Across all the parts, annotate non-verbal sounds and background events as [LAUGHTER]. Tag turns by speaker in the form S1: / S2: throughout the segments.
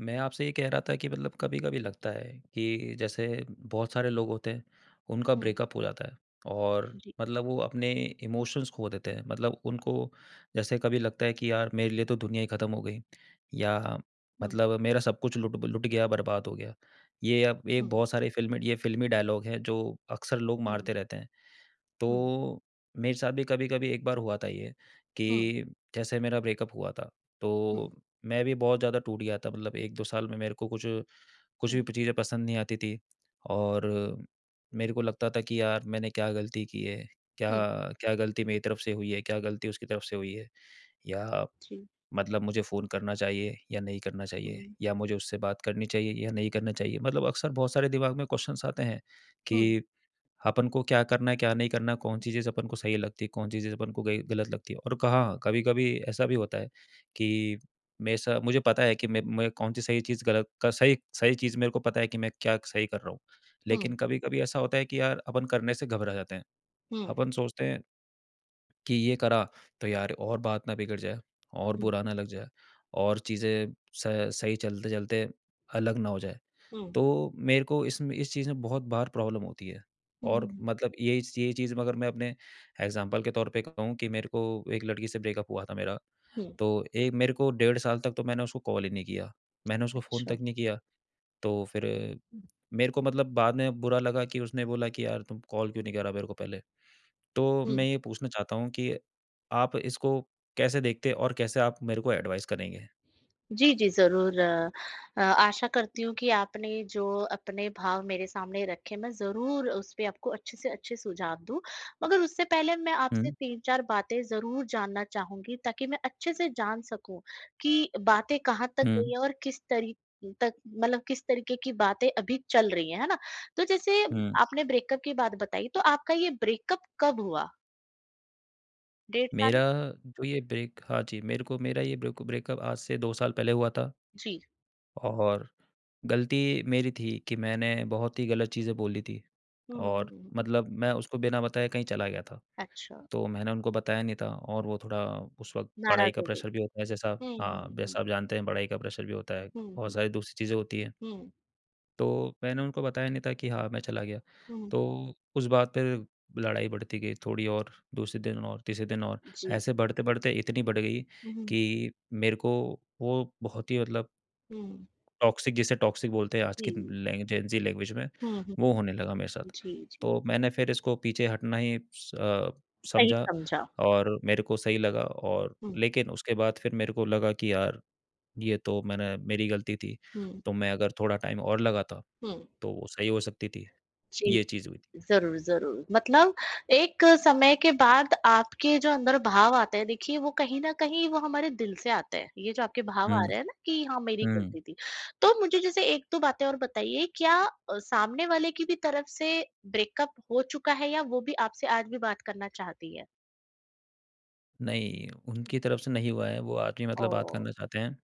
S1: मैं आपसे ये कह रहा था कि मतलब कभी-कभी लगता है कि जैसे बहुत सारे लोग होते हैं, उनका
S2: हुँ,
S1: ब्रेकअप हो जाता है और
S2: जी।
S1: मतलब वो अपने इमोशंस खो देते हैं। मतलब उनको जैसे कभी लगता है कि यार मेरे लिए तो दुनिया ही खत्म हो गई, या
S2: हुँ,
S1: मतलब मेरा सब कुछ लुट लुट गया, बर्बाद हो गया। ये अब एक
S2: हुँ,
S1: बहुत सारे फ़िल्मी डायलॉग हैं जो अक्सर लोग
S2: हुँ,
S1: मारते रहते हैं।
S2: हुँ,
S1: तो मेरे साथ भी कभी-कभी एक बार हुआ था ये, कि
S2: हुँ,
S1: जैसे मेरा ब्रेकअप हुआ था,
S2: हुँ,
S1: तो मैं भी बहुत ज़्यादा टूट गया था, मतलब 1-2 साल में मेरे को कुछ कुछ
S2: हुँ,
S1: भी चीज़ें पसंद नहीं आती थी। और मेरे को लगता था कि यार, मैंने क्या गलती की है? क्या
S2: हुँ,
S1: क्या गलती मेरी तरफ से हुई है? क्या गलती उसकी तरफ से हुई है? या
S2: जी।
S1: मतलब मुझे फ़ोन करना चाहिए या नहीं करना चाहिए?
S2: हुँ,
S1: या मुझे उससे बात करनी चाहिए या नहीं करना चाहिए? मतलब अक्सर बहुत सारे दिमाग में क्वेश्चन्स आते हैं
S2: हुँ,
S1: कि अपन को क्या करना है, क्या नहीं करना है, कौन-सी चीज़ अपन को सही लगती है, कौन-सी चीज़ अपन को गई गलत लगती है। और कहाँ कभी-कभी ऐसा भी होता है कि मैं स मुझे पता है कि मैं कौन-सी सही चीज़ गलत का सही सही चीज़ मेरे को पता है कि मैं क्या सही कर रहा हूँ।
S2: हुँ,
S1: लेकिन कभी-कभी ऐसा होता है कि यार, अपन करने से घबरा जाते हैं।
S2: हुँ,
S1: अपन सोचते हैं कि ये करा तो यार और बात ना बिगड़ जाए, और
S2: हुँ,
S1: बुरा ना लग जाए, और चीज़ें स सही चलते-चलते अलग ना हो जाए।
S2: हुँ,
S1: तो मेरे को इसमें इस चीज़ में बहुत बार प्रॉब्लम होती है।
S2: हुँ,
S1: और
S2: हुँ,
S1: मतलब यही ये चीज़, अगर मैं अपने एग्ज़ाम्पल के तौर पे कहूँ, कि मेरे को एक लड़की से ब्रेकअप हुआ था मेरा,
S2: हुँ,
S1: तो एक मेरे को 1.5 साल तक तो मैंने उसको कॉल ही नहीं किया। मैंने उसको फ़ोन
S2: अच्छा।
S1: तक नहीं किया। तो फिर
S2: हुँ,
S1: मेरे को मतलब बाद में बुरा लगा कि उसने बोला कि यार, तुम कॉल क्यों नहीं करा मेरे को पहले? तो मैं
S2: हुँ,
S1: ये पूछना चाहता हूँ कि आप इसको कैसे देखते, और कैसे आप मेरे को एडवाइस करेंगे?
S2: जी, जी, ज़रूर। आशा करती हूँ कि आपने जो अपने भाव मेरे सामने रखे, मैं ज़रूर उस पे आपको अच्छे से अच्छे सुझाव दूँ। मगर उससे पहले मैं आपसे
S1: हुँ,
S2: 3-4 बातें ज़रूर जानना चाहूँगी ताकि मैं अच्छे से जान सकूँ कि बातें कहाँ तक गई
S1: हुँ,
S2: हैं और किस तरी तक मतलब किस तरीके की बातें अभी चल रही हैं, है ना? तो जैसे
S1: हुँ।
S2: आपने ब्रेकअप की बात बताई, तो आपका ये ब्रेकअप कब हुआ? डेढ़
S1: मेरा
S2: साल?
S1: जो ये ब्रेक हाँ जी, मेरे को मेरा ये ब्रेकअप आज से 2 साल पहले हुआ था।
S2: जी।
S1: और गलती मेरी थी, कि मैंने बहुत ही गलत चीज़ें बोली थी,
S2: हुँ,
S1: और
S2: हुँ।
S1: मतलब मैं उसको बिना बताए कहीं चला गया था।
S2: अच्छा,
S1: तो मैंने उनको बताया नहीं था, और वो थोड़ा उस वक़्त पढ़ाई
S2: नाराज़
S1: का
S2: हो गए।
S1: प्रेशर भी होता है जैसा।
S2: हुँ,
S1: हाँ,
S2: हुँ, हुँ।
S1: जैसा आप जानते हैं, पढ़ाई का प्रेशर भी होता है,
S2: हुँ,
S1: बहुत
S2: हुँ।
S1: सारी दूसरी चीज़ें होती हैं।
S2: हुँ,
S1: तो मैंने उनको बताया नहीं था कि हाँ, मैं चला गया।
S2: हुँ।
S1: तो उस बात पे लड़ाई बढ़ती गई थोड़ी, और दूसरे दिन, और तीसरे दिन, और
S2: जी।
S1: ऐसे बढ़ते-बढ़ते इतनी बढ़ गई
S2: हुँ, हुँ।
S1: कि मेरे को वो बहुत ही, मतलब, टॉक्सिक, जिसे टॉक्सिक बोलते हैं आज
S2: जी।
S1: की लैंग जेन ज़ी लैंग्वेज में,
S2: हुँ, हुँ।
S1: वो होने लगा मेरे साथ।
S2: जी, जी।
S1: तो मैंने फिर इसको पीछे हटना ही
S2: सही
S1: समझा,
S2: समझा।
S1: और मेरे को सही लगा। और
S2: हुँ,
S1: लेकिन उसके बाद फिर मेरे को लगा कि यार, ये तो मैंने मेरी गलती थी।
S2: हुँ,
S1: तो मैं अगर थोड़ा टाइम और लगाता
S2: हुँ।
S1: तो वो सही हो सकती थी,
S2: जी,
S1: ये चीज़ हुई थी।
S2: ज़रूर, ज़रूर। मतलब एक समय के बाद आपके जो अंदर भाव आते हैं, देखिए वो कहीं न कहीं वो हमारे दिल से आते हैं। ये जो आपके भाव आ
S1: हुँ,
S2: रहे हैं ना कि हाँ, मेरी
S1: हुँ।
S2: गलती थी। तो मुझे जैसे 1-2 बातें और बताइए, क्या सामने वाले की भी तरफ से ब्रेकअप हो चुका है या वो भी आपसे आज भी बात करना चाहती है?
S1: नहीं, उनकी तरफ से नहीं हुआ है, वो आदमी मतलब बात
S2: ओह!
S1: करना चाहते हैं,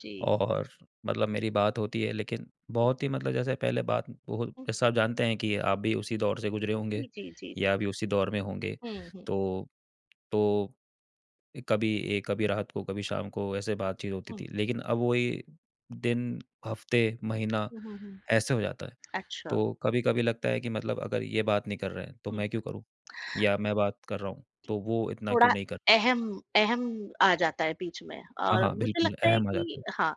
S2: जी।
S1: और मतलब मेरी बात होती है, लेकिन बहुत ही, मतलब, जैसे पहले बात बहुत
S2: हुँ।
S1: जैसा आप जानते हैं कि आप भी उसी दौर से गुज़रे होंगे
S2: जी, जी, जी।
S1: या भी उसी दौर में होंगे।
S2: हुँ, हुँ।
S1: तो तो कभी रात को, कभी शाम को ऐसे बातचीत होती
S2: हुँ।
S1: थी। लेकिन अब वही दिन, हफ़्ते, महीना
S2: हुँ, हुँ, हुँ।
S1: ऐसे हो जाता है।
S2: अच्छा,
S1: तो कभी-कभी लगता है कि मतलब अगर ये बात नहीं कर रहे हैं, तो
S2: हुँ।
S1: मैं क्यों करूँ? या मैं बात कर रहा हूँ, तो वो इतना
S2: थोड़ा
S1: क्यों नहीं कर रहे हैं?
S2: अहम अहम आ जाता है बीच में
S1: हाँ,
S2: और
S1: हाँ,
S2: मुझे
S1: बिल्कुल,
S2: लगता है
S1: अहम आ जाता
S2: कि
S1: है।
S2: हाँ।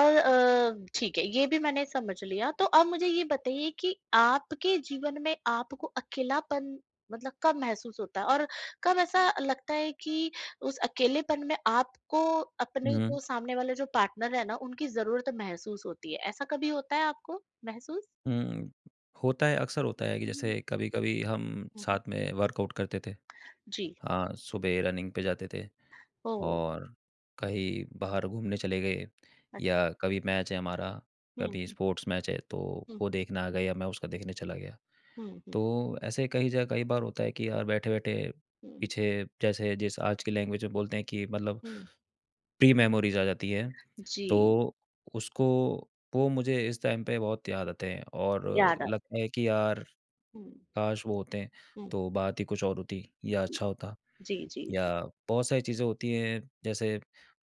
S2: और ठीक है, ये भी मैंने समझ लिया। तो अब मुझे ये बताइए कि आपके जीवन में आपको अकेलापन मतलब कब महसूस होता है और कब ऐसा लगता है कि उस अकेलेपन में आपको अपने
S1: हुँ,
S2: जो सामने वाले जो पार्टनर है ना, उनकी ज़रूरत महसूस होती है? ऐसा कभी होता है आपको महसूस?
S1: हुँ, होता है, अक्सर होता है कि
S2: हुँ, हुँ,
S1: जैसे कभी-कभी हम
S2: हुँ, हुँ।
S1: साथ में वर्कआउट करते थे।
S2: जी,
S1: हाँ, सुबह रनिंग पे जाते थे,
S2: ओह!
S1: और कहीं बाहर घूमने चले गए,
S2: अच्छा।
S1: या कभी मैच है हमारा,
S2: हुँ, हुँ,
S1: कभी
S2: हुँ।
S1: स्पोर्ट्स मैच है, तो वो देखने आ गए या मैं उसका देखने चला गया।
S2: हुँ, हुँ,
S1: तो ऐसे कई जगह कई बार होता है कि यार, बैठे-बैठे
S2: हुँ,
S1: पीछे, जैसे जिस आज की लैंग्वेज में बोलते हैं कि मतलब,
S2: हुँ।
S1: प्री मेमोरीज़ आ जाती है।
S2: जी।
S1: तो उसको वो मुझे इस टाइम पे बहुत याद आते हैं, और
S2: ज़्यादा।
S1: लगता है कि यार,
S2: हुँ,
S1: काश वो होते हैं,
S2: हुँ।
S1: तो बात ही कुछ और होती, या अच्छा होता,
S2: जी, जी।
S1: या बहुत सारी चीज़ें होती हैं, जैसे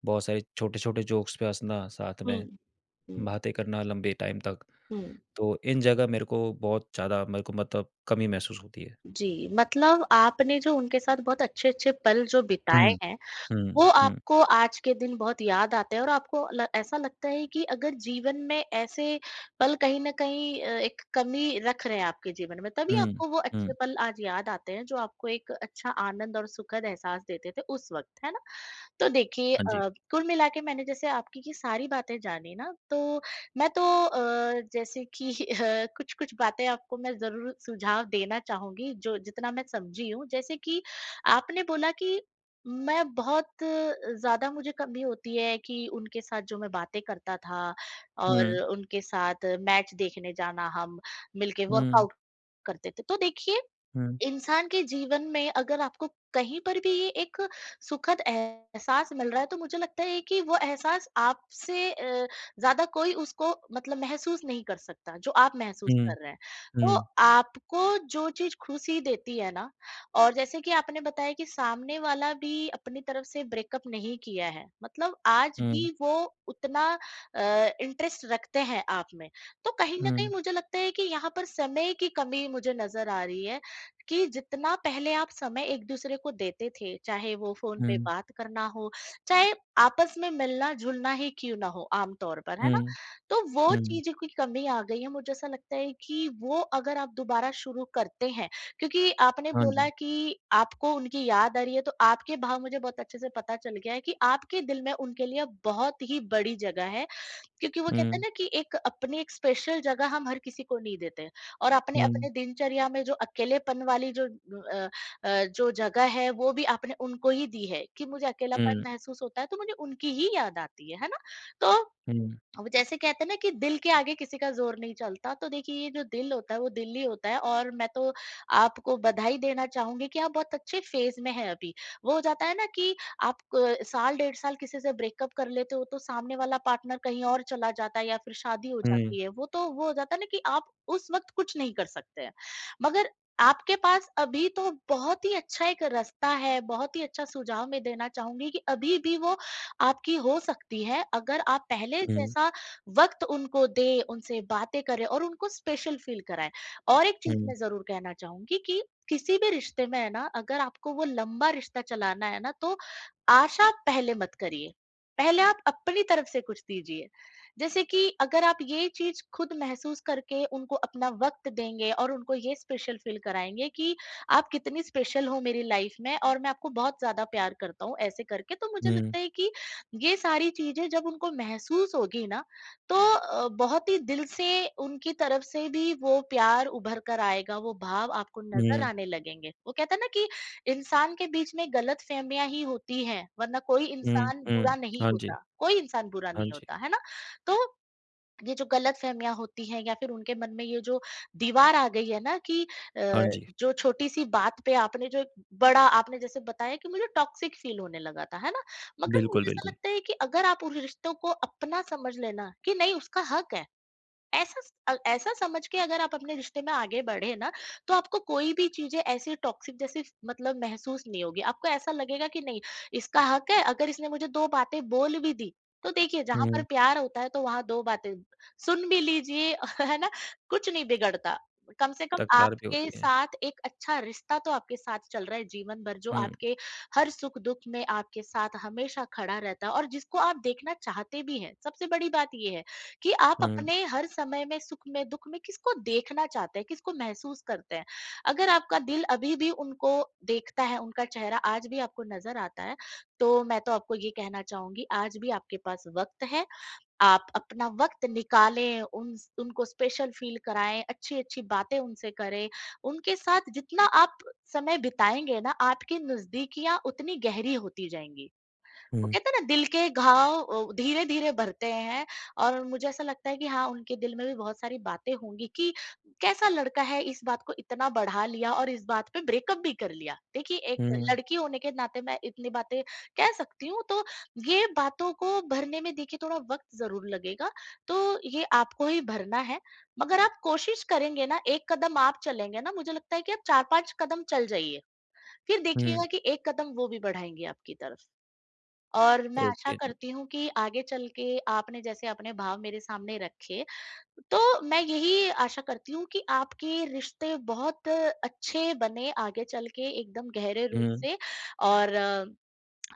S1: बहुत सारे छोटे-छोटे जोक्स पे हँसना, साथ
S2: हुँ,
S1: में
S2: हुँ,
S1: बातें करना लंबे टाइम तक।
S2: हुँ।
S1: तो इन जगह मेरे को बहुत ज़्यादा मेरे को मतलब कमी महसूस होती है।
S2: जी, मतलब आपने जो उनके साथ बहुत अच्छे-अच्छे पल जो बिताए
S1: हुँ,
S2: हैं,
S1: हुँ,
S2: वो
S1: हुँ।
S2: आपको आज के दिन बहुत याद आते हैं और आपको ल ऐसा लगता है कि अगर जीवन में ऐसे पल कहीं न कहीं एक कमी रख रहे हैं आपके जीवन में, तभी
S1: हुँ,
S2: आपको वो अच्छे
S1: हुँ।
S2: पल आज याद आते हैं, जो आपको एक अच्छा आनंद और सुखद एहसास देते थे उस वक़्त, है ना? तो देखिए
S1: हाँ जी।
S2: कुल मिला के मैंने जैसे आपकी ये सारी बातें जानी ना। तो मैं तो जैसे कि [LAUGHS] कुछ कुछ बातें आपको मैं जरूर सुझाव देना चाहूंगी, जो जितना मैं समझी हूँ। जैसे कि आपने बोला कि मैं बहुत ज्यादा मुझे कमी होती है कि उनके साथ जो मैं बातें करता था
S1: हुँ,
S2: और उनके साथ मैच देखने जाना, हम मिलके
S1: हुँ,
S2: वर्कआउट करते थे। तो देखिए
S1: हुँ,
S2: इंसान के जीवन में अगर आपको कहीं पर भी ये एक सुखद एहसास मिल रहा है, तो मुझे लगता है कि वो एहसास आपसे ज़्यादा कोई उसको मतलब महसूस नहीं कर सकता, जो आप महसूस
S1: हुँ,
S2: कर रहे हैं। तो
S1: हुँ,
S2: आपको जो चीज़ खुशी देती है ना, और जैसे कि आपने बताया कि सामने वाला भी अपनी तरफ से ब्रेकअप नहीं किया है, मतलब आज
S1: हुँ,
S2: भी वो उतना अ, इंटरेस्ट रखते हैं आप में। तो कहीं न कहीं
S1: हुँ,
S2: मुझे लगता है कि यहाँ पर समय की कमी मुझे नज़र आ रही है कि जितना पहले आप समय एक-दूसरे को देते थे, चाहे वो फ़ोन पे
S1: हुँ,
S2: बात करना हो, चाहे आपस में मिलना-जुलना ही क्यों ना हो आम तौर पर, है ना?
S1: हुँ,
S2: तो वो
S1: हुँ।
S2: चीज़ की कमी आ गई है, मुझे ऐसा लगता है कि वो अगर आप दोबारा शुरू करते हैं, क्योंकि आपने
S1: हाँ
S2: बोला
S1: जी।
S2: कि आपको उनकी याद आ रही है, तो आपके भाव मुझे बहुत अच्छे से पता चल गया है कि आपके दिल में उनके लिए बहुत ही बड़ी जगह है, क्योंकि वो कहते हैं
S1: हुँ,
S2: ना कि एक अपनी एक स्पेशल जगह हम हर किसी को नहीं देते, और अपने
S1: हुँ,
S2: अपने दिनचर्या में जो अकेलेपन वाली जो जगह है, वो भी आपने उनको ही दी है कि मुझे अकेलापन
S1: हुँ,
S2: महसूस होता है, तो मुझे उनकी ही याद आती है ना? तो
S1: हुँ,
S2: अब जैसे कहते हैं ना कि दिल के आगे किसी का जोर नहीं चलता। तो देखिए ये जो दिल होता है, वो दिल ही होता है। और मैं तो आपको बधाई देना चाहूंगी कि आप बहुत अच्छे फेज में हैं अभी। वो हो जाता है ना कि आप अ, साल 1.5 साल किसी से ब्रेकअप कर लेते हो, तो सामने वाला पार्टनर कहीं और चला जाता है या फिर शादी हो
S1: हुँ, हुँ,
S2: जाती है। वो तो वो हो जाता है ना कि आप उस वक्त कुछ नहीं कर सकते हैं। मगर आपके पास अभी तो बहुत ही अच्छा एक रास्ता है। बहुत ही अच्छा सुझाव मैं देना चाहूंगी कि अभी भी वो आपकी हो सकती है, अगर आप पहले
S1: हुँ,
S2: जैसा वक्त उनको दें, उनसे बातें करें और उनको स्पेशल फील कराएँ। और एक चीज़
S1: हुँ,
S2: मैं ज़रूर कहना चाहूँगी कि किसी भी रिश्ते में है ना, अगर आपको वो लंबा रिश्ता चलाना है ना, तो आशा पहले मत करिए। पहले आप अपनी तरफ से कुछ दीजिए। जैसे कि अगर आप ये चीज़ खुद महसूस करके उनको अपना वक़्त देंगे और उनको ये स्पेशल फील कराएँगे कि आप कितनी स्पेशल हो मेरी लाइफ़ में और मैं आपको बहुत ज़्यादा प्यार करता हूँ, ऐसे करके, तो मुझे लगता है कि ये सारी चीज़ें जब उनको महसूस होगी ना, तो बहुत ही दिल से उनकी तरफ से भी वो प्यार उभर कर आएगा, वो भाव आपको नज़र
S1: हुँ,
S2: आने लगेंगे। वो कहते हैं ना कि इंसान के बीच में गलतफ़हमियाँ ही होती हैं, वरना कोई
S1: हुँ,
S2: इंसान
S1: हुँ।
S2: बुरा नहीं
S1: हाँ जी,
S2: होता, कोई इंसान बुरा
S1: हाँ
S2: नहीं
S1: जी,
S2: होता, है ना? तो ये जो गलतफ़हमियाँ होती हैं या फिर उनके मन में ये जो दीवार आ गई है ना, कि अ,
S1: हाँ जी।
S2: जो छोटी-सी बात पे आपने जो एक बड़ा आपने जैसे बताया कि मुझे टॉक्सिक फ़ील होने लगा था, है ना? मगर
S1: बिल्कुल,
S2: मुझे ऐसा
S1: बिल्कुल।
S2: लगता है कि अगर आप उन रिश्तों को अपना समझ लेना कि नहीं उसका हक है। ऐसा समझ के अगर आप अपने रिश्ते में आगे बढ़े ना, तो आपको कोई भी चीज़ें ऐसी टॉक्सिक जैसी फ मतलब महसूस नहीं होगी। आपको ऐसा लगेगा कि नहीं, इसका हक है, अगर इसने मुझे 2 बातें बोल भी दी, तो देखिए जहाँ पर
S1: हुँ,
S2: प्यार होता है, तो वहाँ 2 बातें सुन भी लीजिए, [LAUGHS] है ना? कुछ नहीं बिगड़ता। कम से कम
S1: तकरार भी
S2: आपके
S1: होती है।
S2: साथ एक अच्छा रिश्ता तो आपके साथ चल रहा है जीवन भर, जो
S1: हुँ,
S2: आपके हर सुख-दुःख में आपके साथ हमेशा खड़ा रहता है और जिसको आप देखना चाहते भी हैं। सबसे बड़ी बात ये है कि आप
S1: हुँ,
S2: अपने हर समय में सुख में दुख में किसको देखना चाहते हैं, किसको महसूस करते हैं। अगर आपका दिल अभी भी उनको देखता है, उनका चेहरा आज भी आपको नजर आता है, तो मैं तो आपको ये कहना चाहूंगी, आज भी आपके पास वक्त है। आप अपना वक्त निकालें, उन उनको स्पेशल फील कराएं, अच्छी अच्छी बातें उनसे करें। उनके साथ जितना आप समय बिताएंगे ना, आपकी नजदीकियां उतनी गहरी होती जाएंगी। वो
S1: हुँ,
S2: कहते हैं ना, दिल के घाव धीरे धीरे भरते हैं। और मुझे ऐसा लगता है कि हाँ, उनके दिल में भी बहुत सारी बातें होंगी कि कैसा लड़का है, इस बात को इतना बढ़ा लिया और इस बात पे ब्रेकअप भी कर लिया। देखिए एक
S1: हुँ,
S2: लड़की होने के नाते मैं इतनी बातें कह सकती हूँ। तो ये बातों को भरने में देखिए थोड़ा वक्त जरूर लगेगा। तो ये आपको ही भरना है। मगर आप कोशिश करेंगे ना, एक कदम आप चलेंगे ना, मुझे लगता है कि आप 4-5 कदम चल जाइए, फिर
S1: हुँ।
S2: देखिएगा कि एक कदम वो भी बढ़ाएंगे आपकी तरफ। और मैं आशा
S1: ओके जी।
S2: करती हूँ कि आगे चल के आपने जैसे अपने भाव मेरे सामने रखे, तो मैं यही आशा करती हूँ कि आपके रिश्ते बहुत अच्छे बने आगे चल के एकदम गहरे रूप
S1: हुँ।
S2: से। और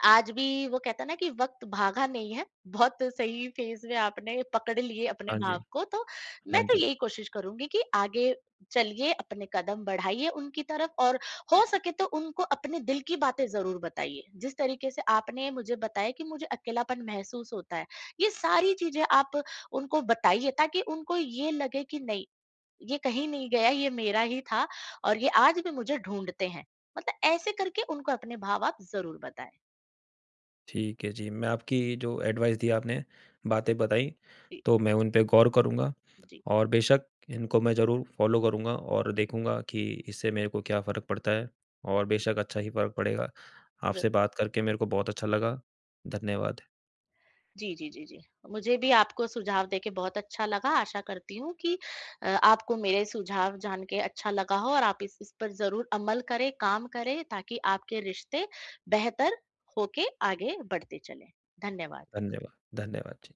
S2: आज भी वो कहता है ना कि वक्त भागा नहीं है, बहुत सही फेज़ में आपने पकड़ लिए अपने
S1: हाँ जी,
S2: भाव को, तो
S1: हाँ
S2: मैं तो
S1: जी।
S2: यही कोशिश करूँगी कि आगे चलिए, अपने कदम बढ़ाइए उनकी तरफ और हो सके तो उनको अपने दिल की बातें ज़रूर बताइए। जिस तरीके से आपने मुझे बताया कि मुझे अकेलापन महसूस होता है, ये सारी चीज़ें आप उनको बताइए ताकि उनको ये लगे कि नहीं, ये कहीं नहीं गया, ये मेरा ही था और ये आज भी मुझे ढूँढते हैं। मतलब ऐसे करके उनको अपने भाव आप ज़रूर बताएँ।
S1: ठीक है जी, मैं आपकी जो एडवाइस दी आपने, बातें बताई,
S2: जी।
S1: तो मैं उन पे गौर करूँगा,
S2: जी।
S1: और बेशक इनको मैं ज़रूर फ़ॉलो करूँगा, और देखूँगा कि इससे मेरे को क्या फ़र्क पड़ता है, और बेशक अच्छा ही फ़र्क पड़ेगा।
S2: ज
S1: आपसे बात करके मेरे को बहुत अच्छा लगा। धन्यवाद,
S2: जी, जी, जी, जी। मुझे भी आपको सुझाव देके बहुत अच्छा लगा। आशा करती हूँ कि आपको मेरे सुझाव जान के अच्छा लगा हो और आप इस पर ज़रूर अमल करें, काम करें ताकि आपके रिश्ते बेहतर होके आगे बढ़ते चलें। धन्यवाद।
S1: धन्यवाद, धन्यवाद। जी।